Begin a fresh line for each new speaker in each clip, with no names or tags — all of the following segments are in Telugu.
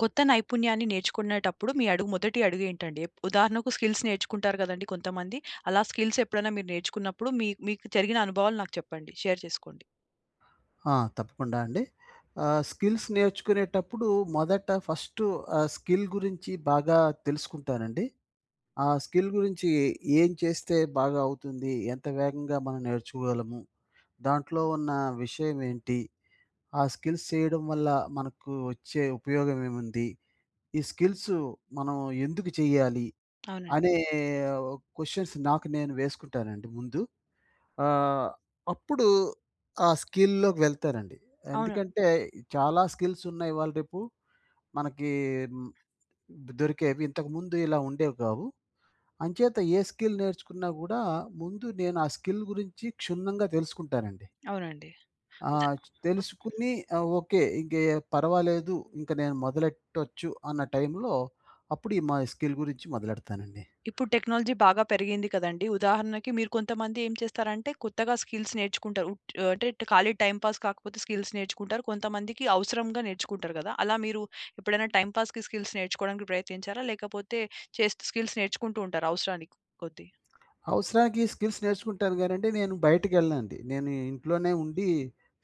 కొత్త నైపుణ్యాన్ని నేర్చుకునేటప్పుడు మీ అడుగు మొదటి అడుగేంటండి? ఉదాహరణకు స్కిల్స్ నేర్చుకుంటారు గదండీ కొంతమంది. అలా స్కిల్స్ ఎప్పుడైనా మీరు నేర్చుకున్నప్పుడు మీకు జరిగిన అనుభవాలు నాకు చెప్పండి. షేర్ చేసుకోండి.
ఆ! తప్పకుండా అండి. స్కిల్స్ నేర్చుకునేటప్పుడు మొదట ఆ స్కిల్ గురించి బాగా తెలుసుకుంటానండి. ఆ స్కిల్ గురించి ఏం చేస్తే బాగా అవుతుంది? ఎంత వేగంగా మనం నేర్చుకోగలము? దాంట్లో ఉన్న విషయం ఏంటి? ఆ స్కిల్స్ చేయడం వల్ల మనకు వచ్చే ఉపయోగం ఏముంది? ఈ స్కిల్స్ మనం ఎందుకు చేయాలి?
అవునండి.
అనే క్వెషన్స్ నాకు నేను వేసుకుంటానండి ముందు. ఆహ్, అప్పుడు ఆ స్కిల్‌లోకి వెళ్తారండి.
అవును.
ఎందుకంటే చాలా స్కిల్స్ ఉన్నాయి ఇవాళ రేపు. మనకి హ్మ్, దొరికేవి ఇంతకుముందు ఇలా ఉండేవి కావు. అంచేత ఏ స్కిల్ నేర్చుకున్నా గూడా ముందు నేను ఆ స్కిల్ గురించి క్షుణ్ణంగా తెలుసుకుంటానండి.
అవునండి. ఉద
ఆహ్,
ఉ
తెలుసుకుని ఓకే. ఇంక పర్వాలేదు ఇంక నేను మొదలెట్టొచ్చు అన్న టైంలో అప్పుడు ఈ మా స్కిల్ గురించి మొదలెడతానండి.
ఇప్పుడు టెక్నాలజీ బాగా పెరిగింది కదండీ. ఉదాహరణకి మీరు కొంతమంది ఏం చేస్తారంటే కొత్తగా స్కిల్స్ నేర్చుకుంటారు. ఉట్ అంటే ఇట్ట ఖాళీ టైమ్ పాస్ కాకపోతే స్కిల్స్ నేర్చుకుంటారు. కొంతమందికి అవసరంగా నేర్చుకుంటారు గదా! అలా మీరు ఎప్పుడైనా టైమ్ పాస్‌కి స్కిల్స్ నేర్చుకోవడానికి ప్రయత్నించారా? లేకపోతే చేస్తూ స్కిల్స్ నేర్చుకుంటూ ఉంటారా అవసరానికి కొద్దీ?
అవసరానికి స్కిల్స్ నేర్చుకుంటాను గానండి, నేను బయటికెళ్ళనండి. నేను ఇంట్లోనే ఉండి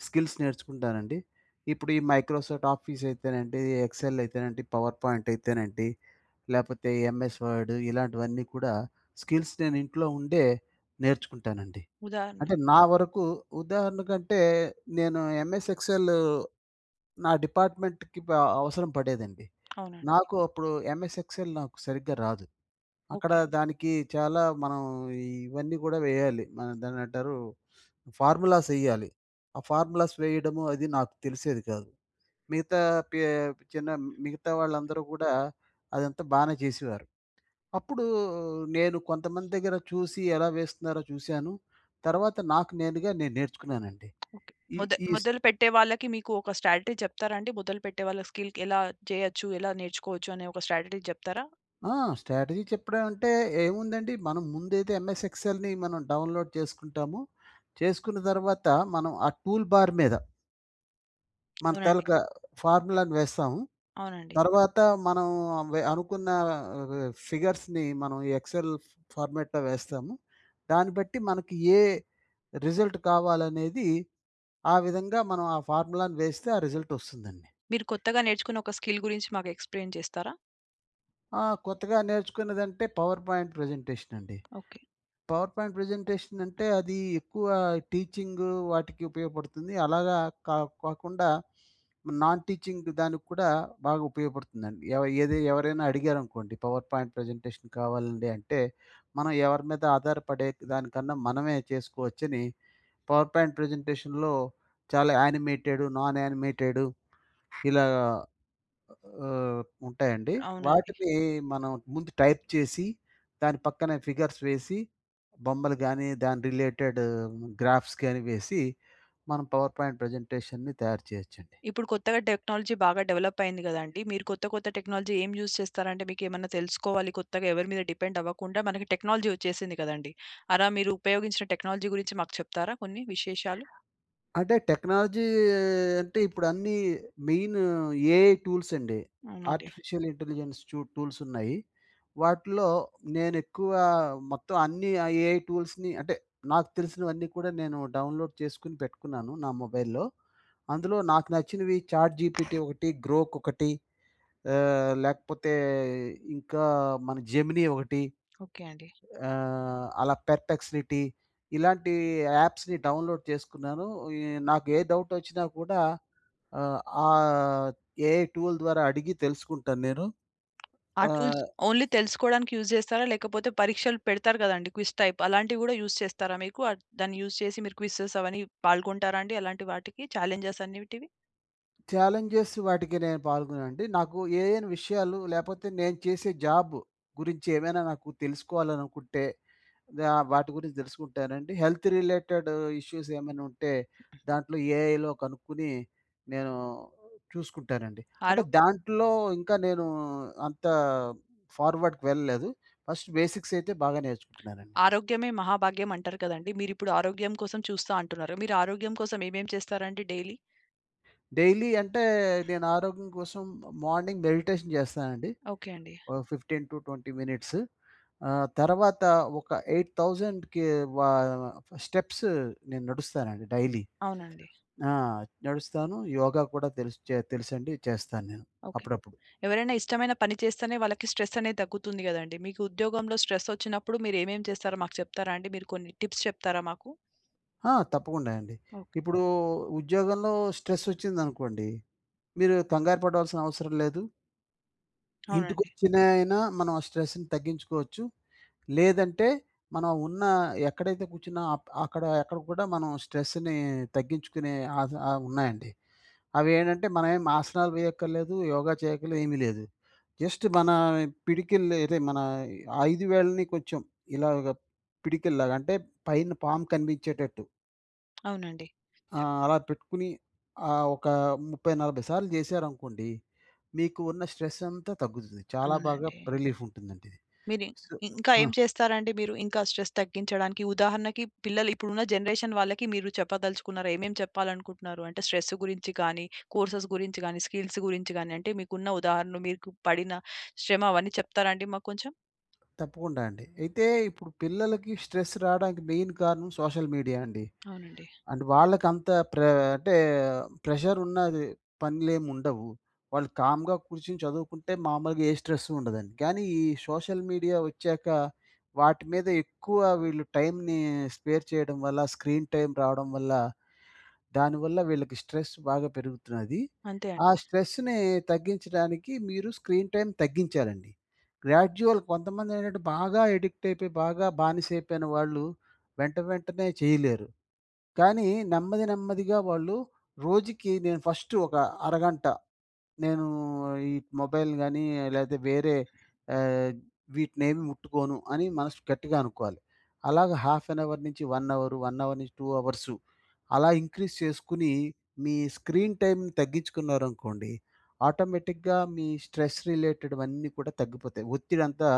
స్కిల్స్ నేర్చుకుంటానండి. ఇప్పుడు ఈ మైక్రోసాఫ్ట్ ఆఫీస్ అయితేనండి, ఎక్సెల్ అయితేనండి, పవర్ పాయింట్ అయితేనండి, లేపోతే ఎంఎస్ వర్డ్ ఇలాంటివన్నీ కూడా స్కిల్స్ నేను ఇంట్లో ఉండే నేర్చుకుంటానండి.
ఉదాహరణ.
అంటే నా వరకు ఉదాహరణకంటే నేను ఎంఎస్ ఎక్సెల్ నా డిపార్ట్మెంట్‌కి అవసరం పడేదండి.
అవునండి.
నాకు అప్పుడు ఎంఎస్ ఎక్సెల్ నాకు సరిగ్గా రాదు. అక్కడ
ఓకే.
దానికి చాలా మనం ఇవన్నీ కూడా వేయాలి. మనం దాన్నేంటారు ఫార్ములాస్ ఎయ్యాలి. ఆ ఫార్ములాస్ వేయడము అది నాకు తెలిసేది కాదు. మిగతా పే చిన్న మిగతా వాళ్ళందరూ కూడా అదంతా బానే చేసేవారు. అప్పుడు నేను కొంతమంది దగ్గర చూసి ఎలా వేస్తున్నారో చూశాను. తర్వాత నాకు నేనుగా నేర్చుకున్నానండి.
ఓకే.
ఈ
మొద
ఈ స్
మొదలుపెట్టే వాళ్ళకి మీకు ఒక స్ట్రాటజీ చెప్తారా అండి? మొదలుపెట్టే వాళ్ళ స్కిల్‌కి ఎలా చేయొచ్చు, ఎలా నేర్చుకోవచ్చు అనే ఒక స్ట్రాటజీ చెప్తారా?
ఆ! స్ట్రాటజీ చెప్పడం అంటే ఏముందండి మనం ముందైతే ఎంఎస్ ఎక్సెల్‌ని మనం డౌన్‌లోడ్ చేసుకుంటాము. చేసుకున్న తర్వాత మనం ఆ టూల్ బార్ మీద మన
అవునండి.
తాలూకా ఫార్ములాని వేస్తాం.
అవునండి.
తర్వాత మనం అనుకున్న ఫిగర్స్‌ని మనం ఎక్సెల్ ఫార్మాట్‌లో వేస్తాము. దాన్ని బట్టి మనకి ఏ రిజల్ట్ కావాలనేది ఆ విధంగా మనం ఆ ఫార్ములాని వేస్తే ఆ రిజల్ట్ వస్తుందండి.
మీరు కొత్తగా నేర్చుకున్న ఒక స్కిల్ గురించి మాకు ఎక్స్‌ప్లెయిన్ చేస్తారా?
ఆ! కొత్తగా నేర్చుకున్నదంటే పవర్ పాయింట్ ప్రెజెంటేషన్ అండి.
ఓకే.
పవర్ పాయింట్ ప్రెజెంటేషన్ అంటే అది ఎక్కువ టీచింగ్ వాటికి ఉపయోగపడుతుంది. అలాగా కా కాకుండా నాన్ టీచింగ్ దానికి కూడా బాగా ఉపయోగపడుతుందండి. ఏది ఎవరైనా అడిగారనుకోండి పవర్ పాయింట్ ప్రెజెంటేషన్ కావాలండి అంటే, మనం ఎవరి మీద ఆధారపడే దానికన్నా మనమే చేసుకోవచ్చని పవర్ పాయింట్ ప్రెజెంటేషన్‌లో చాలా యానిమేటెడ్, నాన్ యానిమేటెడ్ ఇలా ఆహ్, ఉంటాయండి.
అవునండి.
వాటిని మనం ముందు టైప్ చేసి, దాని పక్కనే ఫిగర్స్ వేసి, బొమ్మలు గాని, దాని రిలేటెడ్ గ్రాఫ్స్ గాని వేసి, మనం పవర్ పాయింట్ ప్రెజెంటేషన్‌ని తయారు చేయొచ్చండి.
ఇప్పుడు కొత్తగా టెక్నాలజీ బాగా డెవలప్ అయింది గదండీ! మీరు కొత్త, కొత్త టెక్నాలజీ ఏం యూజ్ చేస్తారంటే మీకేమన్నా తెలుసుకోవాలి కొత్తగా ఎవరి మీద డిపెండ్ అవ్వకుండా మనకి టెక్నాలజీ వచ్చేసింది కదండీ! అలా మీరు ఉపయోగించిన టెక్నాలజీ గురించి మాకు చెప్తారా కొన్ని విశేషాలు?
అంటే టెక్నాలజీ అంటే ఇప్పుడు అన్నీ మెయిన్ ఏఐ టూల్స్ అండి.
అవునండి.
ఆర్టిఫిషియల్ ఇంటెలిజెన్స్ టూల్స్ ఉన్నాయి. వాటిలో నేను ఎక్కువ మొత్తం అన్ని ఆ ఏఐ టూల్స్‌ని అంటే నాకు తెలిసినవన్నీ కూడా నేను డౌన్‌లోడ్ చేసుకొని పెట్టుకున్నాను నా మొబైల్‌లో. అందులో నాకు నచ్చినవి చాట్ జీపీటీ ఒకటి, గ్రోక్ ఒకటి, లేకపోతే ఇంకా మన జెమినీ ఒకటి.
ఓకే అండి.
అలా పెర్‌ప్లెక్సిటీ ఇలాంటి యాప్స్‌ని డౌన్‌లోడ్ చేసుకున్నాను. ఈ నాకు ఏ డౌట్ వచ్చినా కూడా ఆహ్, ఆ ఏఐ టూల్ ద్వారా అడిగి తెలుసుకుంటాను నేను.
ఆ టూల్స్
ఆహ్
ఓన్లీ తెలుసుకోవడానికి యూజ్ చేస్తారా? లేకపోతే పరీక్షలు పెడతారు గదండీ! క్విజ్ టైప్ అలాంటివి గూడా యూజ్ చేస్తారా మీకు? అట్ దాన్ని యూజ్ చేసి మీరు క్విజెస్ అవన్నీ పాల్గొంటారా అండి? అలాంటి వాటికి ఛాలెంజెస్ అనేటివి?
ఛాలెంజెస్ వాటికి నేను పాల్గొనండి. నాకు ఏయేని విషయాలు లేపోతే నేను చేసే జాబ్ గురించి ఏమైనా నాకు తెలుసుకోవాలనుకుంటే, వాటి గురించి తెలుసుకుంటానండి. హెల్త్ రిలేటెడ్ ఇష్యూస్ ఏమైనా ఉంటే దాంట్లో ఏఐలో కనుక్కొని నేను చూసుకుంటానండి. అంటే
ఆరో
దాంట్లో ఇంకా నేను అంత ఫార్వర్డ్‌కి వెళ్ళలేదు. ఫస్ట్ బేసిక్స్ అయితే బాగా నేర్చుకుంటున్నానండి.
ఆరోగ్యమే మహాభాగ్యం అంటారు కదండీ! మీరిప్పుడు ఆరోగ్యం కోసం చూస్తా అంటున్నారు. మీరు ఆరోగ్యం కోసం ఏమేం చేస్తారండి డైలీ?
డైలీ అంటే నేను ఆరోగ్యం కోసం మార్నింగ్ మెడిటేషన్ చేస్తానండి.
ఓకే అండి.
ఒక 15-20 మినిట్స్. తర్వాత ఒక 8,000కి వా స్టెప్స్ నేను నడుస్తానండి డైలీ.
అవునండి.
ఆ! నడుస్తాను. యోగా కూడా తెలుసు చే తెలుసండి చేస్తాను నేను
ఓకే.
అప్పుడప్పుడు.
ఎవరైనా ఇష్టమైన పని చేస్తేనే వాళ్ళకి స్ట్రెస్ అనేది తగ్గుతుంది గదండీ! మీకు ఉద్యోగంలో స్ట్రెస్ వచ్చినప్పుడు మీరు ఏమేం చేస్తారో మాకు చెప్తారా అండి? మీరు కొన్ని టిప్స్ చెప్తారా మాకు?
ఆ! తప్పకుండా అండి.
ఓకే.
ఇప్పుడు ఉద్యోగంలో స్ట్రెస్ వచ్చిందనుకోండి, మీరు కంగారు పడవలసిన అవసరం లేదు.
అవునండి.
ఇంటికొచ్చిన అయినా మనం ఆ స్ట్రెస్‌ని తగ్గించుకోవచ్చు. లేదంటే మనం ఉన్న ఎక్కడైతే కూర్చున్నా అక్కడ ఎక్కడ కూడా మనం స్ట్రెస్‌ని తగ్గించుకునే ఉన్నాయండి. అవేంటంటే మనమేం ఆసనాలు వేయక్కర్లేదు, యోగా చేయక్కర్లేదు, ఏమీ లేదు. జస్ట్ మన పిడికిళ్ళు అదే మన 5 వేళ్ళని కొంచెం ఇలాగ పిడికిల్లాగా అంటే పైన పాము కనిపించేటట్టు
అవునండి.
ఆ!
చెప్
అలా పెట్టుకుని ఒక 30, 40 సార్లు చేశారనుకోండి, మీకు ఉన్న స్ట్రెస్ అంతా తగ్గుతుంది. చాలా బాగా
అవునండి.
రిలీఫ్ ఉంటుందండి ఇది.
మీరు ఇం
సో
ఇంకా
ఆ!
ఏం చేస్తారండి మీరు ఇంకా స్ట్రెస్ తగ్గించడానికి? ఉదాహరణకి పిల్లలు ఇప్పుడున్న జనరేషన్ వాళ్ళకి మీరు చెప్పదలుచుకున్నారు. ఏమేం చెప్పాలనుకుంటున్నారు? అంటే స్ట్రెస్ గురించి కానీ, కోర్సెస్ గురించి గానీ, స్కిల్స్ గురించి గానీ, అంటే మీకున్న ఉదాహరణలు మీకు పడిన శ్రమ అవన్నీ చెప్తారా అండి మాకు కొంచెం?
తప్పకుండా అండి. అయితే ఇప్పుడు పిల్లలకి స్ట్రెస్ రావడానికి మెయిన్ కారణం సోషల్ మీడియా అండి.
అవునండి.
అంటే వాళ్ళకంత ప్రె అంటే ప్రెషర్ ఉన్నది పనులేముండవు. వాళ్ళు కామ్‌గా కూర్చొని చదువుకుంటే మామూలుగా ఏ స్ట్రెస్సు ఉండదండి. కానీ ఈ సోషల్ మీడియా వచ్చాక వాటి మీద ఎక్కువ వీళ్ళు టైమ్‌ని స్పేర్ చేయడం వల్ల, స్క్రీన్ టైమ్ రావడం వల్ల, దానివల్ల వీళ్ళకి స్ట్రెస్ బాగా పెరుగుతున్నది.
అంతే
ఆ
అండి.
స్ట్రెస్‌ని తగ్గించడానికి మీరు స్క్రీన్ టైమ్ తగ్గించాలండి. గ్రాడ్యుయల్ కొంతమందేంటంటే బాగా ఎడిక్ట్ అయిపోయి, బాగా బానిసైపోయిన వాళ్ళు వెంటనే చేయలేరు. కానీ నెమ్మది నెమ్మదిగా వాళ్ళు రోజుకి నేను ఫస్ట్ ఒక అరగంట నేను ఈ మొబైల్ గానీ, లేతే వేరే ఆహ్, వీటినేమి ముట్టుకోను అని మనసు గట్టిగా అనుకోవాలి. అలాగ హాఫ్ ఎన్ అవర్ నుంచి 1 అవర్, 1 అవర్ నుంచి 2 అవర్సు అలా ఇంక్రీజ్ చేసుకొని మీ స్క్రీన్ టైమ్‌ని తగ్గించుకున్నారనుకోండి, ఆటోమేటిక్‌గా మీ స్ట్రెస్ రిలేటెడ్‌వన్నీ కూడా తగ్గిపోతాయి. ఒత్తిడంతా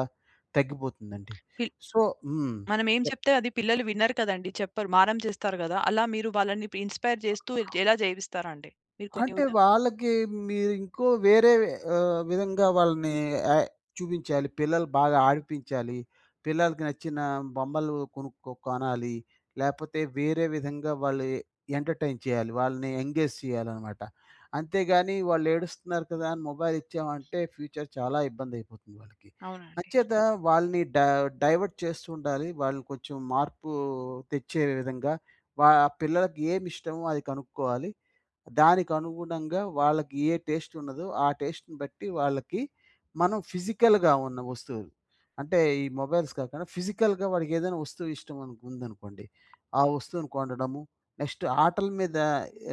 తగ్గిపోతుందండి.
పిల్
సో హ్మ్.
మనం ఏం
చెప్
చెప్తే అది పిల్లలు వినరు కదండీ. చెప్పరు. మారం చేస్తారు గదా! అలా మీరు వాళ్ళని ఇన్‌స్పైర్ చేస్తూ ఎలా జేవిస్తారండి? మీరు కొన్ని
అంటే
ఉదా
వాళ్ళకి మీరింకో వేరే విధంగా వాళ్ళని ఆహ్, చూపించాలి. పిల్లలు బాగా ఆడిపించాలి. పిల్లలకి నచ్చిన బొమ్మలు కొనాలి. లేపోతే వేరే విధంగా వాళ్ళు ఎంటర్‌టైన్ చేయాలి. వాళ్ళని ఎంగేజ్ చేయాలనమాట. అంతేగాని వాళ్ళు ఏడుస్తున్నారు కదా! అని మొబైల్ ఇచ్చామంటే ఫ్యూచర్ చాలా ఇబ్బందయిపోతుంది వాళ్ళకి.
అవునండి.
అంచేత వాళ్ళని డైవర్ట్ చేస్తూ ఉండాలి. వాళ్ళని కొంచెం మార్పు తెచ్చే విధంగా ఆ పిల్లలకి ఏమిష్టమో అది కనుక్కోవాలి. దానికి అనుగుణంగా వాళ్ళకి ఏ టేస్ట్ ఉన్నదో, ఆ టేస్ట్‌ని బట్టి వాళ్ళకి మనం ఫిజికల్‌గా ఉన్న వస్తువులు, అంటే ఈ మొబైల్స్ కాకుండా ఫిజికల్‌గా వాడికి ఏదైనా వస్తువు ఇష్టం ఉందనుకోండి. ఆ వస్తువును కొనడము, నెక్స్ట్ ఆటల మీద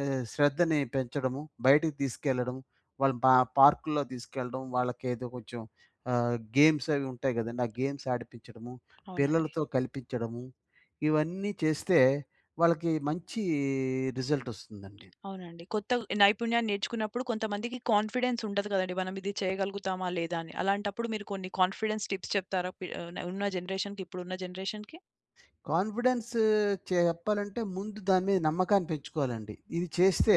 శ్రద్ధని పెంచడము, బయటికి తీసుకెళ్లడం, వాళ్ళని పార్కుల్లో తీసుకెళ్లడం, వాళ్ళకి ఏదో కొంచెం గేమ్స్ అవి ఉంటాయి కదండీ! ఆ గేమ్స్ ఆడిపించడము,
అవునండి.
పిల్లలతో కల్పించడము, ఇవన్నీ చేస్తే వాళ్ళకి మంచి రిజల్ట్ వస్తుందండి.
అవునండి. కొత్త నైపుణ్యాన్ని నేర్చుకున్నప్పుడు కొంతమందికి కాన్ఫిడెన్స్ ఉంటది కదండీ. మనం ఇది చేయగలుగుతామా? లేదా? అని. అలాంటప్పుడు మీరు కొన్ని కాన్ఫిడెన్స్ టిప్స్ చెప్తారా? ఉన్న జనరేషన్‌కి, ఇప్పుడున్న జనరేషన్‌కి?
కాన్ఫిడెన్స్ చెప్పాలంటే ముందు దాని మీద నమ్మకాన్ని పెంచుకోవాలండి. ఇది చేస్తే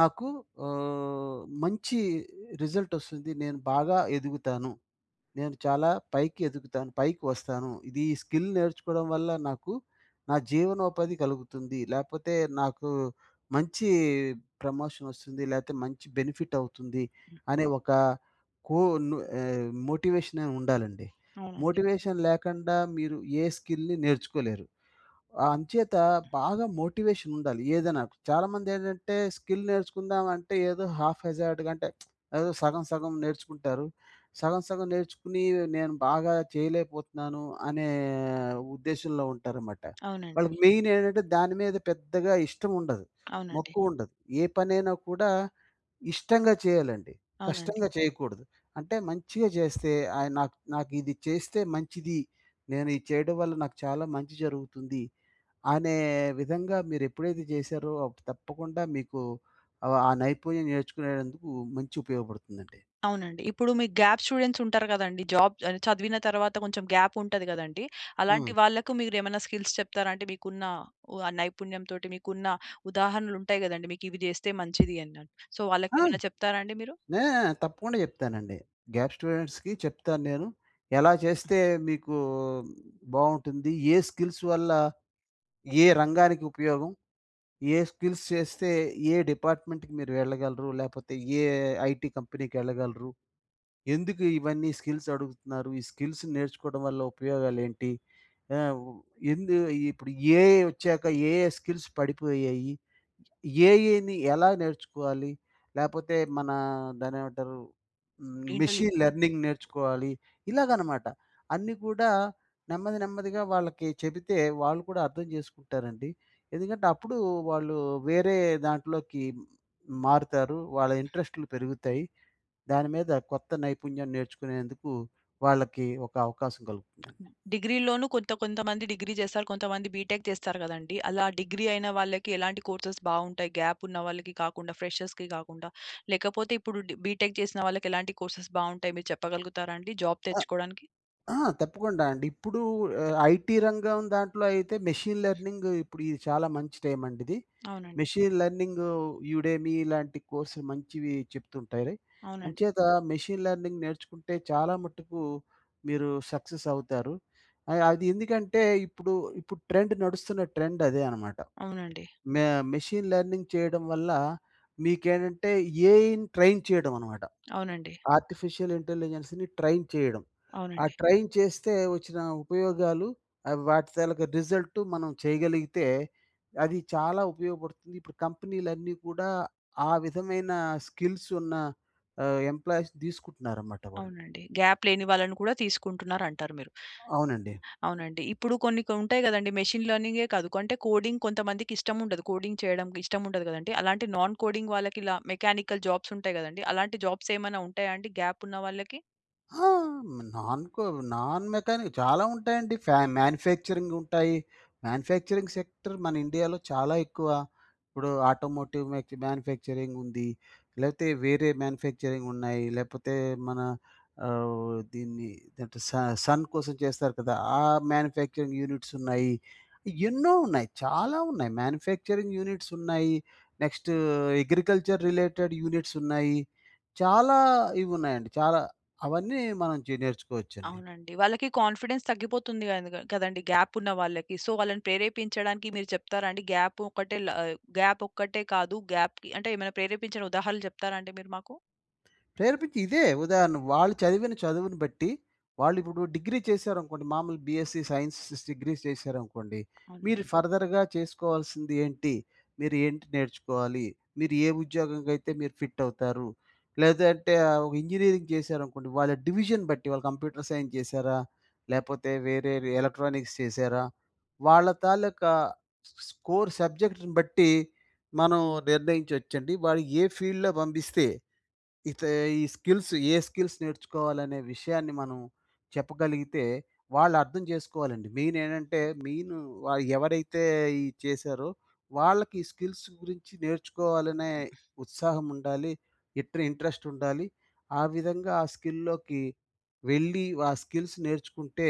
నాకు మంచి రిజల్ట్ వస్తుంది. నేను బాగా ఎదుగుతాను. నేను చాలా పైకి ఎదుగుతాను. పైకి వస్తాను. ఇది ఈ స్కిల్ నేర్చుకోవడం వల్ల నాకు నా జీవనోపాధి కలుగుతుంది. లేకపోతే నాకు మంచి ప్రమోషన్ వస్తుంది. లేకపోతే మంచి బెనిఫిట్ అవుతుంది.
హ్మ్.
అనే ఒక కో మోటివేషన్ అని ఉండాలండి.
అవునండి.
మోటివేషన్ లేకుండా మీరు ఏ స్కిల్‌ని నేర్చుకోలేరు. ఆ! అంచేత బాగా మోటివేషన్ ఉండాలి. ఏదైనా చాలామంది ఏంటంటే స్కిల్ నేర్చుకుందాం అంటే ఏదో హాఫ్ హెజార్డ్‌గా అంటే ఏదో సగం సగం నేర్చుకుంటారు. సగం సగం నేర్చుకుని నేను బాగా చేయలేకపోతున్నాను అనే ఉద్దేశంలో ఉంటారన్నమాట.
అవునండి.
వాళ్ళకి మెయిన్ ఏంటంటే దాని మీద పెద్దగా ఇష్టం ఉండదు.
అవునండి.
మక్కువ ఉండదు. ఏ పనైనా కూడా ఇష్టంగా చేయాలండి.
అవునండి.
కష్టంగా చేయకూడదు. అంటే మంచిగా చేస్తే ఆహ్, నాకు నాకు ఇది చేస్తే మంచిది. నేను ఇది చేయడం వల్ల నాకు చాలా మంచి జరుగుతుంది. అనే విధంగా మీరెప్పుడైతే చేశారో అప్పుడు తప్పకుండా మీకు ఆ నైపుణ్యం నేర్చుకునేందుకు మంచి ఉపయోగపడుతుందండి.
అవునండి. ఇప్పుడు మీ గ్యాప్ స్టూడెంట్స్ ఉంటారు కదండీ. జాబ్ చదివిన తర్వాత కొంచెం గ్యాప్ ఉంటది కదండీ.
హ్మ్.
అలాంటి వాళ్ళకు మీరేమైనా స్కిల్స్ చెప్తారా? అంటే మీకున్న నైపుణ్యంతోటి మీకున్న ఉదాహరణలుంటాయి కదండీ. మీకు ఇవి చేస్తే మంచిది అన్నట్టు. సో,
ఆ!
వాళ్ళకేమైనా చెప్తారా అండి మీరు?
నే తప్పకుండా చెప్తానండి. గ్యాప్ స్టూడెంట్స్‌కి చెప్తాను నేను. ఎలా చేస్తే మీకు బావుంటుంది? ఏ స్కిల్స్ వల్ల ఏ రంగానికి ఉపయోగం? ఏ స్కిల్స్ చేస్తే ఏ డిపార్ట్మెంట్‌కి మీరు వెళ్ళగలరు? లేపోతే ఏ ఐటీ కంపెనీకెళ్ళగలరు? ఎందుకు ఇవన్నీ స్కిల్స్ అడుగుతున్నారు? ఈ స్కిల్స్ నేర్చుకోవడం వల్ల ఉపయోగాలేంటి? ఆహ్, ఉ ఎందు ఇప్పుడు ఏఐ ఒచ్చాక ఏఐ స్కిల్స్ పడిపోయాయి. ఏఐని ఎలా నేర్చుకోవాలి? లేపోతే మన దాన్నేమంటారు? మెషీన్
ఇంటెలిజెన్స్
లెర్నింగ్ నేర్చుకోవాలి. ఇలాగనమాట. అన్నీ కూడా నెమ్మది నెమ్మదిగా వాళ్ళకి చెబితే వాళ్ళు కూడా అర్థం చేసుకుంటారండి. ఎందుకంటే అప్పుడు వాళ్ళు వేరే దాంట్లోకి మారుతారు. వాళ్ళ ఇంట్రెస్టులు పెరుగుతాయి. దాని మీద కొత్త నైపుణ్యం నేర్చుకునేందుకు వాళ్ళకి ఒక అవకాశం కలుగుతుందండి.
డిగ్రీలోనూ కొంతమంది డిగ్రీ చేస్తారు. కొంతమంది బీటెక్ చేస్తారు గదండీ! అలా డిగ్రీ అయిన వాళ్ళకి ఎలాంటి కోర్సెస్ బావుంటాయి? గ్యాప్ ఉన్న వాళ్ళకి కాకుండా, ఫ్రెషర్స్‌కి కాకుండా, లేకపోతే ఇప్పుడు బీటెక్ చేసిన వాళ్ళకి ఎలాంటి కోర్సెస్ బావుంటాయి? మీరు చెప్పగలుగుతారా అండి? జాబ్
ఆ!
తెచ్చుకోవడానికి?
ఆ! తప్పకుండా అండి. ఇప్పుడు ఐటీ రంగం దాంట్లో అయితే మెషీన్ లెర్నింగ్ ఇప్పుడు ఇది చాలా మంచి టైం అండి ఇది.
అవునండి.
మెషీన్ లెర్నింగ్, యుడేమి ఇలాంటి కోర్సులు మంచివి చెప్తుంటాయి.
అవునండి.
అంచేత మెషీన్ లెర్నింగ్ నేర్చుకుంటే చాలా మట్టుకు మీరు సక్సెస్ అవుతారు. అది ఎందుకంటే ఇప్పుడు, ఇప్పుడు ట్రెండ్ నడుస్తున్న ట్రెండ్ అదే అనమాట.
అవునండి.
మె మెషీన్ లెర్నింగ్ చేయడం వల్ల మీకేంటంటే ఏఐని ట్రైన్ చేయడం అనమాట.
అవునండి.
ఆర్టిఫిషియల్ ఇంటెలిజెన్స్‌ని ట్రైన్ చేయడం. ఆ
అవునండి.
ట్రైన్ చేస్తే వచ్చిన ఉపయోగాలు అవి వాటి తాలూకా రిజల్ట్ మనం చేయగలిగితే అది చాలా ఉపయోగపడుతుంది. ఇప్పుడు కంపెనీలన్నీ కూడా ఆ విధమైన స్కిల్స్ ఉన్న ఎంప్లాయీస్‌ని తీసుకుంటున్నారన్నమాట వాళ్ళు.
అవునండి. గ్యాప్ లేని వాళ్ళని కూడా తీసుకుంటున్నారంటారు మీరు.
అవునండి.
అవునండి. ఇప్పుడు ఉంటాయి గదండీ. మెషిన్ లెర్నింగే కాదు. అంటే కోడింగ్ కొంతమందికి ఇష్టముండదు. కోడింగ్ చేయడం ఇష్టముండదు గదండీ. అలాంటి నాన్ కోడింగ్ వాళ్ళకి ఇలా మెకానికల్ జాబ్స్ ఉంటాయి గదండీ. అలాంటి జాబ్స్ ఏమైనా ఉంటాయా అండి గ్యాప్ ఉన్న వాళ్ళకి?
ఆ! నాన్ కో నాన్ మెకానిక్ చాలా ఉంటాయండి. మ్యానుఫ్యాక్చరింగ్ ఉంటాయి. మ్యానుఫ్యాక్చరింగ్ సెక్టర్ మన ఇండియాలో చాలా ఎక్కువ. ఇప్పుడు ఆటోమోటివ్ మ్యానుఫ్యాక్చరింగ్ ఉంది. లేకపోతే వేరే మ్యానుఫ్యాక్చరింగ్ ఉన్నాయి. లేకపోతే మన దీన్ని ఏంటంటే సన్ కోసం చేస్తారు కదా! ఆ మ్యానుఫ్యాక్చరింగ్ యూనిట్స్ ఉన్నాయి. ఎన్నో ఉన్నాయి. చాలా ఉన్నాయి. మ్యానుఫ్యాక్చరింగ్ యూనిట్స్ ఉన్నాయి. నెక్స్ట్ అగ్రికల్చర్ రిలేటెడ్ యూనిట్స్ ఉన్నాయి. చాలా ఇవున్నాయండి. చాలా అవన్నీ మనం నేర్చుకోవచ్చండి.
అవునండి. వాళ్ళకి కాన్ఫిడెన్స్ తగ్గిపోతుంది కదండీ గ్యాప్ ఉన్న వాళ్ళకి. సో, వాళ్ళని ప్రేరేపించడానికి మీరు చెప్తారా అండి? గ్యాప్ ఒక్కటే కాదు. గ్యాప్‌కి అంటే ఏమైనా ప్రేరేపించిన ఉదాహరణలు చెప్తారా అండి మీరు మాకు?
ప్రేరేపించి ఇదే ఉదాహరణ వాళ్ళు చదివిన చదువుని బట్టి వాళ్ళు ఇప్పుడు డిగ్రీ చేశారనుకోండి మామూలు బీఎస్సీ సైన్స్ డిగ్రీ చేశారనుకోండి
అవును.
మీరు ఫర్దర్‌గా చేసుకోవాల్సింది ఏంటి? మీరు ఏంటి నేర్చుకోవాలి? మీరు ఏ ఉద్యోగంకైతే మీరు ఫిట్ అవుతారు? లేదంటే ఒక ఇంజినీరింగ్ చేశారనుకోండి వాళ్ళ డివిజన్ బట్టి వాళ్ళు కంప్యూటర్ సైన్స్ చేశారా? లేపోతే వేరే ఎలక్ట్రానిక్స్ చేశారా? వాళ్ళ తాలూకా స్కోర్ సబ్జెక్ట్‌ని బట్టి మనం నిర్ణయించొచ్చండి. వాడు ఏ ఫీల్డ్‌లో పంపిస్తే ఇత ఈ స్కిల్స్ ఏ స్కిల్స్ నేర్చుకోవాలనే విషయాన్ని మనం చెప్పగలిగితే వాళ్ళు అర్థం చేసుకోవాలండి. మెయిన్ ఏంటంటే మెయిన్ వా ఎవరైతే చేశారో వాళ్ళకి ఈ స్కిల్స్ గురించి నేర్చుకోవాలనే ఉత్సాహం ఉండాలి. ఇంట్రెస్ట్ ఉండాలి. ఆ విధంగా ఆ స్కిల్‌లోకి వెళ్ళి ఆ స్కిల్స్ నేర్చుకుంటే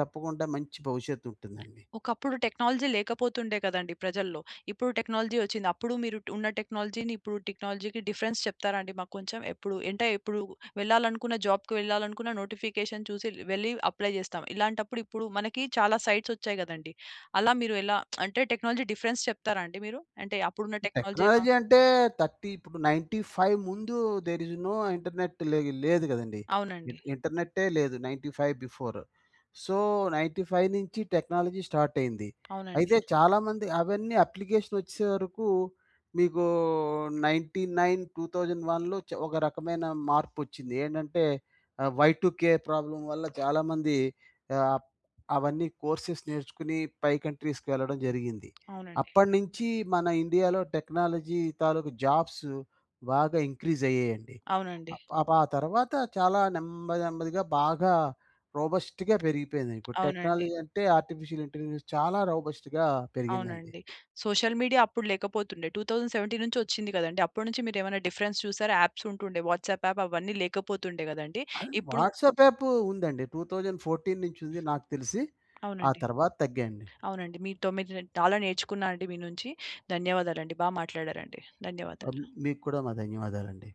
తప్పకుండా మంచి భవిష్యత్తు ఉంటుందండి.
ఒకప్పుడు టెక్నాలజీ లేకపోతుండే కదండీ ప్రజల్లో. ఇప్పుడు టెక్నాలజీ వచ్చింది. అప్పుడు మీరు ఉన్న టెక్నాలజీని, ఇప్పుడు టెక్నాలజీకి డిఫరెన్స్ చెప్తారా అండి మాకు కొంచెం? ఎప్పుడు అంటే ఇప్పుడు వెళ్ళాలనుకున్న జాబ్‌కి వెళ్ళాలనుకున్న నోటిఫికేషన్ చూసి వెళ్ళి అప్లై చేస్తాం. ఇలాంటప్పుడు ఇప్పుడు మనకి చాలా సైట్స్ వచ్చాయి కదండీ! అలా మీరు ఎలా అంటే టెక్నాలజీ డిఫరెన్స్ చెప్తారా అండి మీరు? అంటే అప్పుడున్న టెక్నాలజీ ఎలా
టెక్నాలజీ అంటే 30 ఇప్పుడు 95 ముందు దేర్ ఈజ్ నో ఇంటర్నెట్ లే లేదు కదండీ.
అవునండి.
ఇంటర్నెట్టే లేదు 95 బిఫోర్. సో, 95 నుంచి టెక్నాలజీ స్టార్ట్ అయింది.
అవునండి.
అయితే చాలామంది అవన్నీ అప్లికేషన్ వచ్చే వరకు మీకు 99, 2001లో ఒక రకమైన మార్పొచ్చింది. ఏంటంటే Y2K ప్రాబ్లమ్ వల్ల చాలామంది ఆహ్, అవన్నీ కోర్సెస్ నేర్చుకుని పై కంట్రీస్‌కి వెళ్ళడం జరిగింది.
అవునండి.
అప్పటినుంచి మన ఇండియాలో టెక్నాలజీ తాలూకు జాబ్స్ బాగా ఇంక్రీజ్ అయ్యాయండి.
అవునండి.
అప్ అప్ ఆ తర్వాత చాలా నెమ్మది నెమ్మదిగా బాగా రోబస్ట్‌గా పెరిగిపోయింది. ఇప్పుడు
అవునండి.
టెక్నాలజీ అంటే ఆర్టిఫిషియల్ ఇంటెలిజెన్స్ చాలా రోబస్ట్‌గా పెరిగిందండి.
అవునండి. సోషల్ మీడియా అప్పుడు లేకపోతుండే. 2017 నుంచి వచ్చింది కదండీ! అప్పటి నుంచి మీరేమైనా డిఫరెన్స్ చూసారా? యాప్స్ ఉంటుండే. వాట్సాప్ యాప్ అవన్నీ లేకపోతుండే గదండీ!
అది
ఇప్పుడు
వాట్సాప్ యాప్ ఉందండి. 2014 నుంచి ఉంది నాకు తెలిసి. ఆ
అవునండి.
తర్వాత తగ్గాయండి.
అవునండి. మీతో మీరు చాలా నేర్చుకున్నా అండి మీ నుంచి. ధన్యవాదాలండి. బా మాట్లాడారండి. ధన్యవాదాలు.
ఆహ్, మీకు కూడా మా ధన్యవాదాలండి.